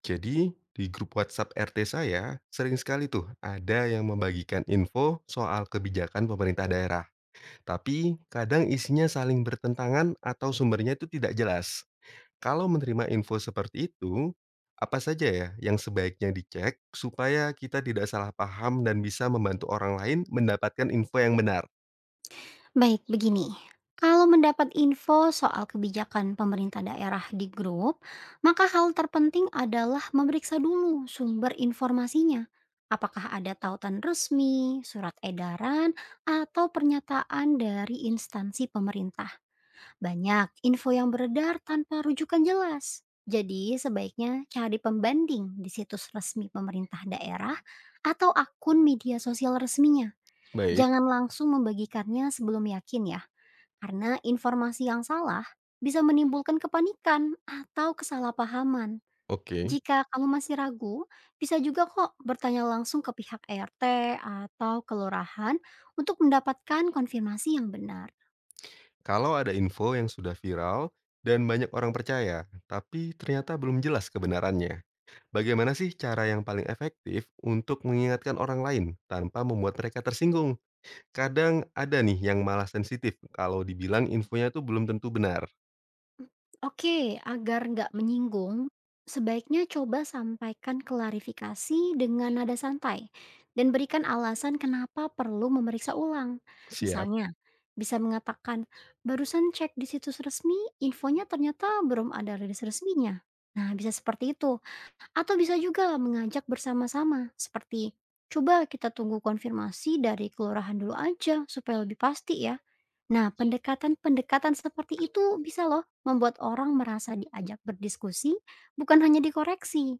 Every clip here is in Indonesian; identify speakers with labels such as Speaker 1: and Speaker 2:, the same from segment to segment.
Speaker 1: Jadi, di grup WhatsApp RT saya, sering sekali tuh ada yang membagikan info soal kebijakan pemerintah daerah. Tapi, kadang isinya saling bertentangan atau sumbernya itu tidak jelas. Kalau menerima info seperti itu, apa saja ya yang sebaiknya dicek supaya kita tidak salah paham dan bisa membantu orang lain mendapatkan info yang benar?
Speaker 2: Baik, begini. Kalau mendapat info soal kebijakan pemerintah daerah di grup, maka hal terpenting adalah memeriksa dulu sumber informasinya. Apakah ada tautan resmi, surat edaran, atau pernyataan dari instansi pemerintah? Banyak info yang beredar tanpa rujukan jelas. Jadi sebaiknya cari pembanding di situs resmi pemerintah daerah atau akun media sosial resminya.
Speaker 1: Baik,
Speaker 2: Jangan langsung membagikannya sebelum yakin ya karena informasi yang salah bisa menimbulkan kepanikan atau kesalahpahaman.
Speaker 1: oke.
Speaker 2: Jika kamu masih ragu, bisa juga kok bertanya langsung ke pihak RT atau kelurahan untuk mendapatkan konfirmasi yang benar.
Speaker 1: Kalau ada info yang sudah viral dan banyak orang percaya, tapi ternyata belum jelas kebenarannya. Bagaimana sih cara yang paling efektif untuk mengingatkan orang lain tanpa membuat mereka tersinggung? Kadang ada nih yang malah sensitif kalau dibilang infonya tuh belum tentu benar.
Speaker 2: Oke, agar nggak menyinggung, sebaiknya coba sampaikan klarifikasi dengan nada santai dan berikan alasan kenapa perlu memeriksa ulang.
Speaker 1: Siap,
Speaker 2: Misalnya, bisa mengatakan, barusan cek di situs resmi, infonya ternyata belum ada rilis resminya. Nah, bisa seperti itu. Atau bisa juga mengajak bersama-sama, seperti, coba kita tunggu konfirmasi dari kelurahan dulu aja supaya lebih pasti ya. Nah, pendekatan-pendekatan seperti itu bisa loh membuat orang merasa diajak berdiskusi, bukan hanya dikoreksi.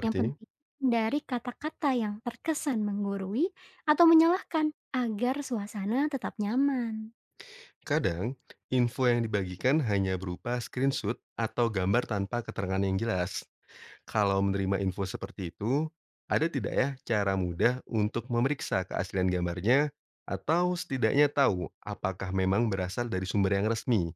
Speaker 2: Yang penting dari kata-kata yang terkesan menggurui atau menyalahkan agar suasana tetap nyaman.
Speaker 1: Kadang info yang dibagikan hanya berupa screenshot atau gambar tanpa keterangan yang jelas. Kalau menerima info seperti itu, ada tidak ya cara mudah untuk memeriksa keaslian gambarnya atau setidaknya tahu apakah memang berasal dari sumber yang resmi?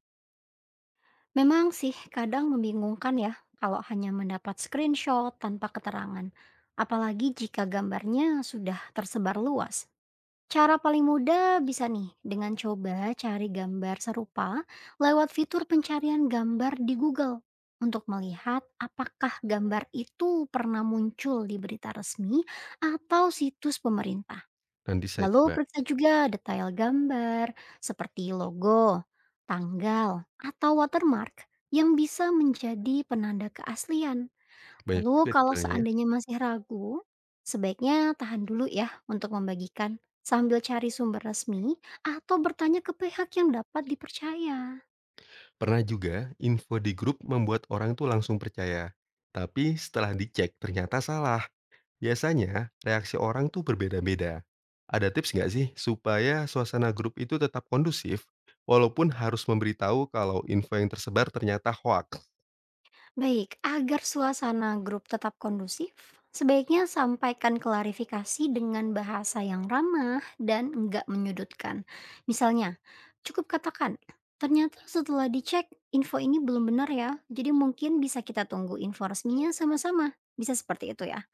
Speaker 2: Memang sih kadang membingungkan ya kalau hanya mendapat screenshot tanpa keterangan, apalagi jika gambarnya sudah tersebar luas. Cara paling mudah bisa nih dengan coba cari gambar serupa lewat fitur pencarian gambar di Google untuk melihat apakah gambar itu pernah muncul di berita resmi atau situs pemerintah.
Speaker 1: Nanti saya
Speaker 2: Lalu
Speaker 1: coba.
Speaker 2: periksa juga detail gambar seperti logo, tanggal, atau watermark yang bisa menjadi penanda keaslian.
Speaker 1: Banyak
Speaker 2: Lalu
Speaker 1: juga
Speaker 2: kalau
Speaker 1: detailnya ya.
Speaker 2: seandainya masih ragu, sebaiknya tahan dulu ya untuk membagikan sambil cari sumber resmi atau bertanya ke pihak yang dapat dipercaya.
Speaker 1: Pernah juga info di grup membuat orang tuh langsung percaya. Tapi setelah dicek ternyata salah. Biasanya reaksi orang tuh berbeda-beda. Ada tips nggak sih supaya suasana grup itu tetap kondusif walaupun harus memberitahu kalau info yang tersebar ternyata hoax?
Speaker 2: Baik, agar suasana grup tetap kondusif, sebaiknya sampaikan klarifikasi dengan bahasa yang ramah dan enggak menyudutkan. Misalnya, cukup katakan, ternyata setelah dicek, info ini belum benar ya, jadi mungkin bisa kita tunggu info resminya sama-sama. Bisa seperti itu ya.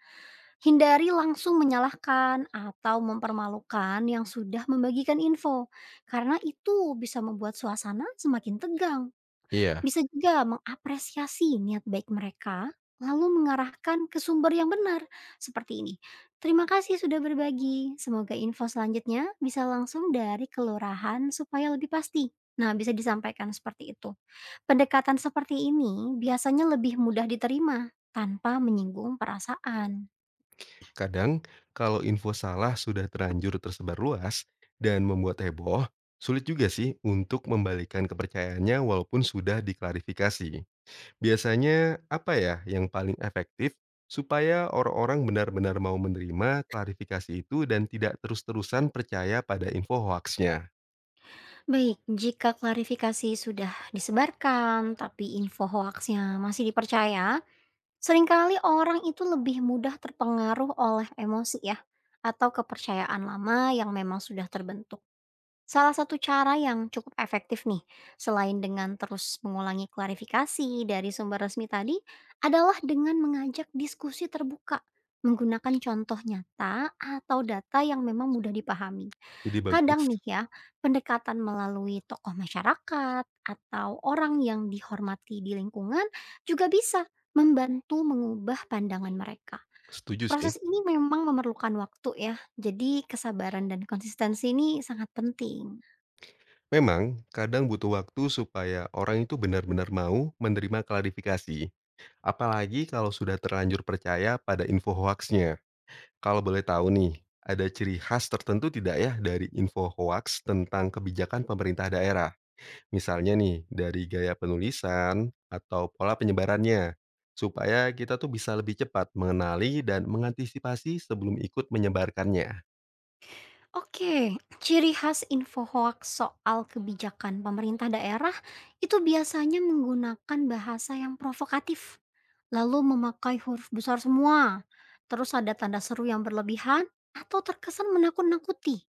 Speaker 2: Hindari langsung menyalahkan atau mempermalukan yang sudah membagikan info, karena itu bisa membuat suasana semakin tegang.
Speaker 1: Iya.
Speaker 2: Bisa juga mengapresiasi niat baik mereka, lalu mengarahkan ke sumber yang benar. Seperti ini, terima kasih sudah berbagi. Semoga info selanjutnya bisa langsung dari kelurahan supaya lebih pasti. Nah, bisa disampaikan seperti itu. Pendekatan seperti ini biasanya lebih mudah diterima tanpa menyinggung perasaan.
Speaker 1: Kadang kalau info salah sudah terlanjur tersebar luas dan membuat heboh, sulit juga sih untuk membalikan kepercayaannya walaupun sudah diklarifikasi. Biasanya apa ya yang paling efektif supaya orang-orang benar-benar mau menerima klarifikasi itu dan tidak terus-terusan percaya pada info hoaxnya?
Speaker 2: Baik, jika klarifikasi sudah disebarkan, tapi info hoaxnya masih dipercaya, seringkali orang itu lebih mudah terpengaruh oleh emosi ya, atau kepercayaan lama yang memang sudah terbentuk. Salah satu cara yang cukup efektif nih, selain dengan terus mengulangi klarifikasi dari sumber resmi tadi, adalah dengan mengajak diskusi terbuka, menggunakan contoh nyata atau data yang memang mudah dipahami.
Speaker 1: Ide
Speaker 2: Kadang
Speaker 1: bagus,
Speaker 2: nih ya, pendekatan melalui tokoh masyarakat atau orang yang dihormati di lingkungan juga bisa membantu mengubah pandangan mereka.
Speaker 1: setuju sih.
Speaker 2: Proses ini memang memerlukan waktu ya, jadi kesabaran dan konsistensi ini sangat penting.
Speaker 1: Memang kadang butuh waktu supaya orang itu benar-benar mau menerima klarifikasi, apalagi kalau sudah terlanjur percaya pada info hoaxnya. Kalau boleh tahu nih, ada ciri khas tertentu tidak ya dari info hoax tentang kebijakan pemerintah daerah? Misalnya nih, dari gaya penulisan atau pola penyebarannya, supaya kita tuh bisa lebih cepat mengenali dan mengantisipasi sebelum ikut menyebarkannya.
Speaker 2: Oke, ciri khas info hoaks soal kebijakan pemerintah daerah itu biasanya menggunakan bahasa yang provokatif, lalu memakai huruf besar semua, terus ada tanda seru yang berlebihan, atau terkesan menakut-nakuti.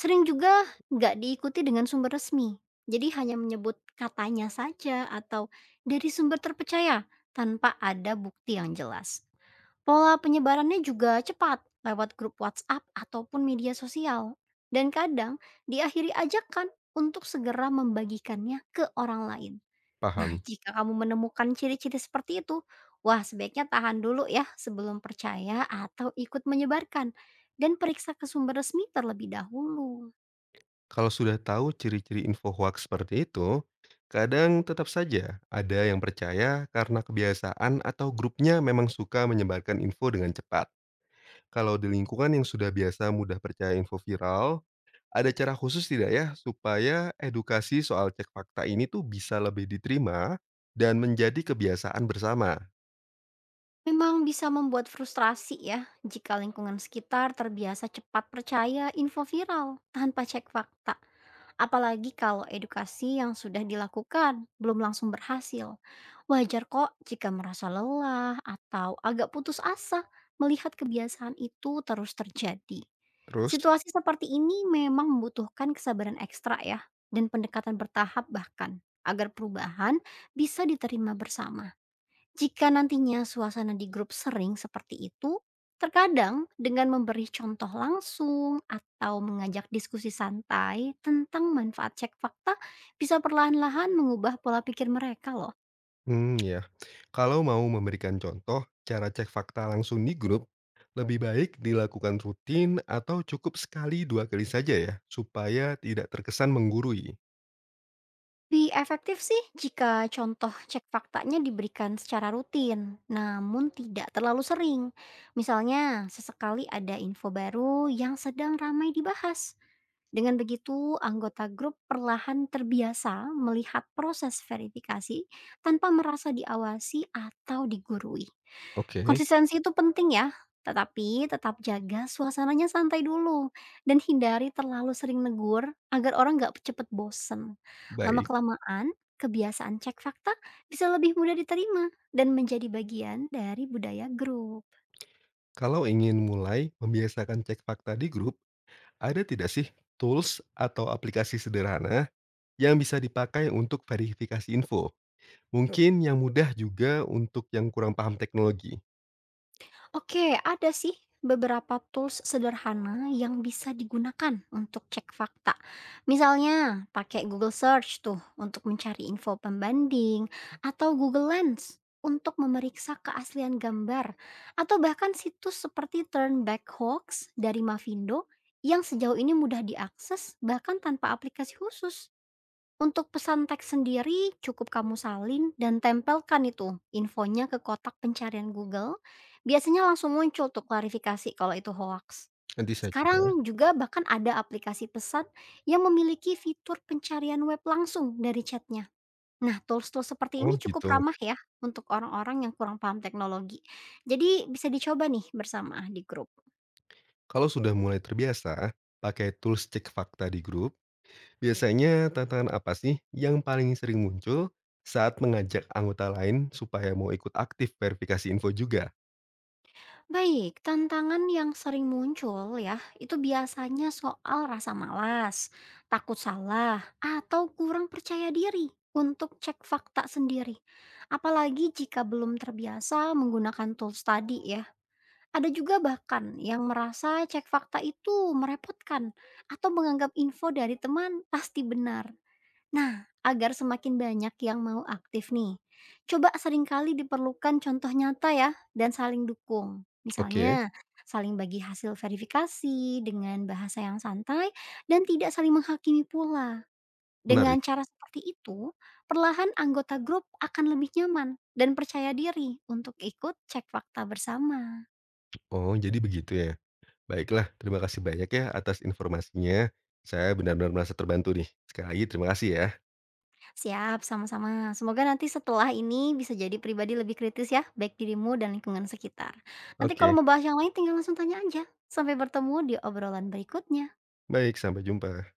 Speaker 2: Sering juga nggak diikuti dengan sumber resmi, jadi hanya menyebut katanya saja atau dari sumber terpercaya tanpa ada bukti yang jelas. Pola penyebarannya juga cepat lewat grup WhatsApp ataupun media sosial. Dan kadang diakhiri ajakan untuk segera membagikannya ke orang lain. Nah,
Speaker 1: Paham?
Speaker 2: jika kamu menemukan ciri-ciri seperti itu, wah sebaiknya tahan dulu ya sebelum percaya atau ikut menyebarkan. Dan periksa ke sumber resmi terlebih dahulu.
Speaker 1: Kalau sudah tahu ciri-ciri info hoax seperti itu, kadang tetap saja ada yang percaya karena kebiasaan atau grupnya memang suka menyebarkan info dengan cepat. Kalau di lingkungan yang sudah biasa mudah percaya info viral, ada cara khusus tidak ya supaya edukasi soal cek fakta ini tuh bisa lebih diterima dan menjadi kebiasaan bersama?
Speaker 2: Memang bisa membuat frustrasi ya jika lingkungan sekitar terbiasa cepat percaya info viral tanpa cek fakta. Apalagi kalau edukasi yang sudah dilakukan belum langsung berhasil. Wajar kok jika merasa lelah atau agak putus asa melihat kebiasaan itu terus terjadi.
Speaker 1: Terus,
Speaker 2: Situasi seperti ini memang membutuhkan kesabaran ekstra ya, dan pendekatan bertahap bahkan, agar perubahan bisa diterima bersama. Jika nantinya suasana di grup sering seperti itu, terkadang dengan memberi contoh langsung atau mengajak diskusi santai tentang manfaat cek fakta bisa perlahan-lahan mengubah pola pikir mereka loh.
Speaker 1: ya, kalau mau memberikan contoh cara cek fakta langsung di grup, lebih baik dilakukan rutin atau cukup sekali 2 kali saja ya, supaya tidak terkesan menggurui?
Speaker 2: Lebih efektif sih jika contoh cek faktanya diberikan secara rutin, namun tidak terlalu sering. Misalnya, sesekali ada info baru yang sedang ramai dibahas. Dengan begitu, anggota grup perlahan terbiasa melihat proses verifikasi tanpa merasa diawasi atau digurui.
Speaker 1: Oke.
Speaker 2: Konsistensi itu penting ya, tetapi tetap jaga suasananya santai dulu dan hindari terlalu sering negur agar orang nggak cepet bosen.
Speaker 1: Baik,
Speaker 2: Lama-kelamaan, kebiasaan cek fakta bisa lebih mudah diterima dan menjadi bagian dari budaya grup.
Speaker 1: kalau ingin mulai membiasakan cek fakta di grup, ada tidak sih tools atau aplikasi sederhana yang bisa dipakai untuk verifikasi info? Mungkin yang mudah juga untuk yang kurang paham teknologi.
Speaker 2: Oke, ada sih beberapa tools sederhana yang bisa digunakan untuk cek fakta. Misalnya, pakai Google Search tuh untuk mencari info pembanding atau Google Lens untuk memeriksa keaslian gambar atau bahkan situs seperti Turn Back Hoax dari Mavindo yang sejauh ini mudah diakses bahkan tanpa aplikasi khusus. Untuk pesan teks sendiri, cukup kamu salin dan tempelkan itu infonya ke kotak pencarian Google. Biasanya langsung muncul tuh klarifikasi kalau itu hoax.
Speaker 1: Nanti saya coba.
Speaker 2: Sekarang juga bahkan ada aplikasi pesan yang memiliki fitur pencarian web langsung dari chatnya. Nah, tools-tools seperti
Speaker 1: Oh
Speaker 2: ini cukup
Speaker 1: gitu.
Speaker 2: ramah ya untuk orang-orang yang kurang paham teknologi. Jadi bisa dicoba nih bersama di grup.
Speaker 1: Kalau sudah mulai terbiasa pakai tools cek fakta di grup, biasanya tantangan apa sih yang paling sering muncul saat mengajak anggota lain supaya mau ikut aktif verifikasi info juga?
Speaker 2: Baik, tantangan yang sering muncul ya, itu biasanya soal rasa malas, takut salah, atau kurang percaya diri untuk cek fakta sendiri. Apalagi jika belum terbiasa menggunakan tools tadi ya. Ada juga bahkan yang merasa cek fakta itu merepotkan atau menganggap info dari teman pasti benar. Nah, agar semakin banyak yang mau aktif nih, coba seringkali diperlukan contoh nyata ya dan saling dukung.
Speaker 1: Oke,
Speaker 2: Misalnya, saling bagi hasil verifikasi dengan bahasa yang santai dan tidak saling menghakimi pula. Dengan
Speaker 1: menarik.
Speaker 2: cara seperti itu, perlahan anggota grup akan lebih nyaman dan percaya diri untuk ikut cek fakta bersama.
Speaker 1: Oh, jadi begitu ya. Baiklah, terima kasih banyak ya atas informasinya. Saya benar-benar merasa terbantu nih. Sekali lagi terima kasih ya.
Speaker 2: Siap, sama-sama. Semoga nanti setelah ini bisa jadi pribadi lebih kritis ya, baik dirimu dan lingkungan sekitar. Nanti kalau
Speaker 1: Oke,
Speaker 2: mau bahas yang lain tinggal langsung tanya aja. Sampai bertemu di obrolan berikutnya.
Speaker 1: baik sampai jumpa.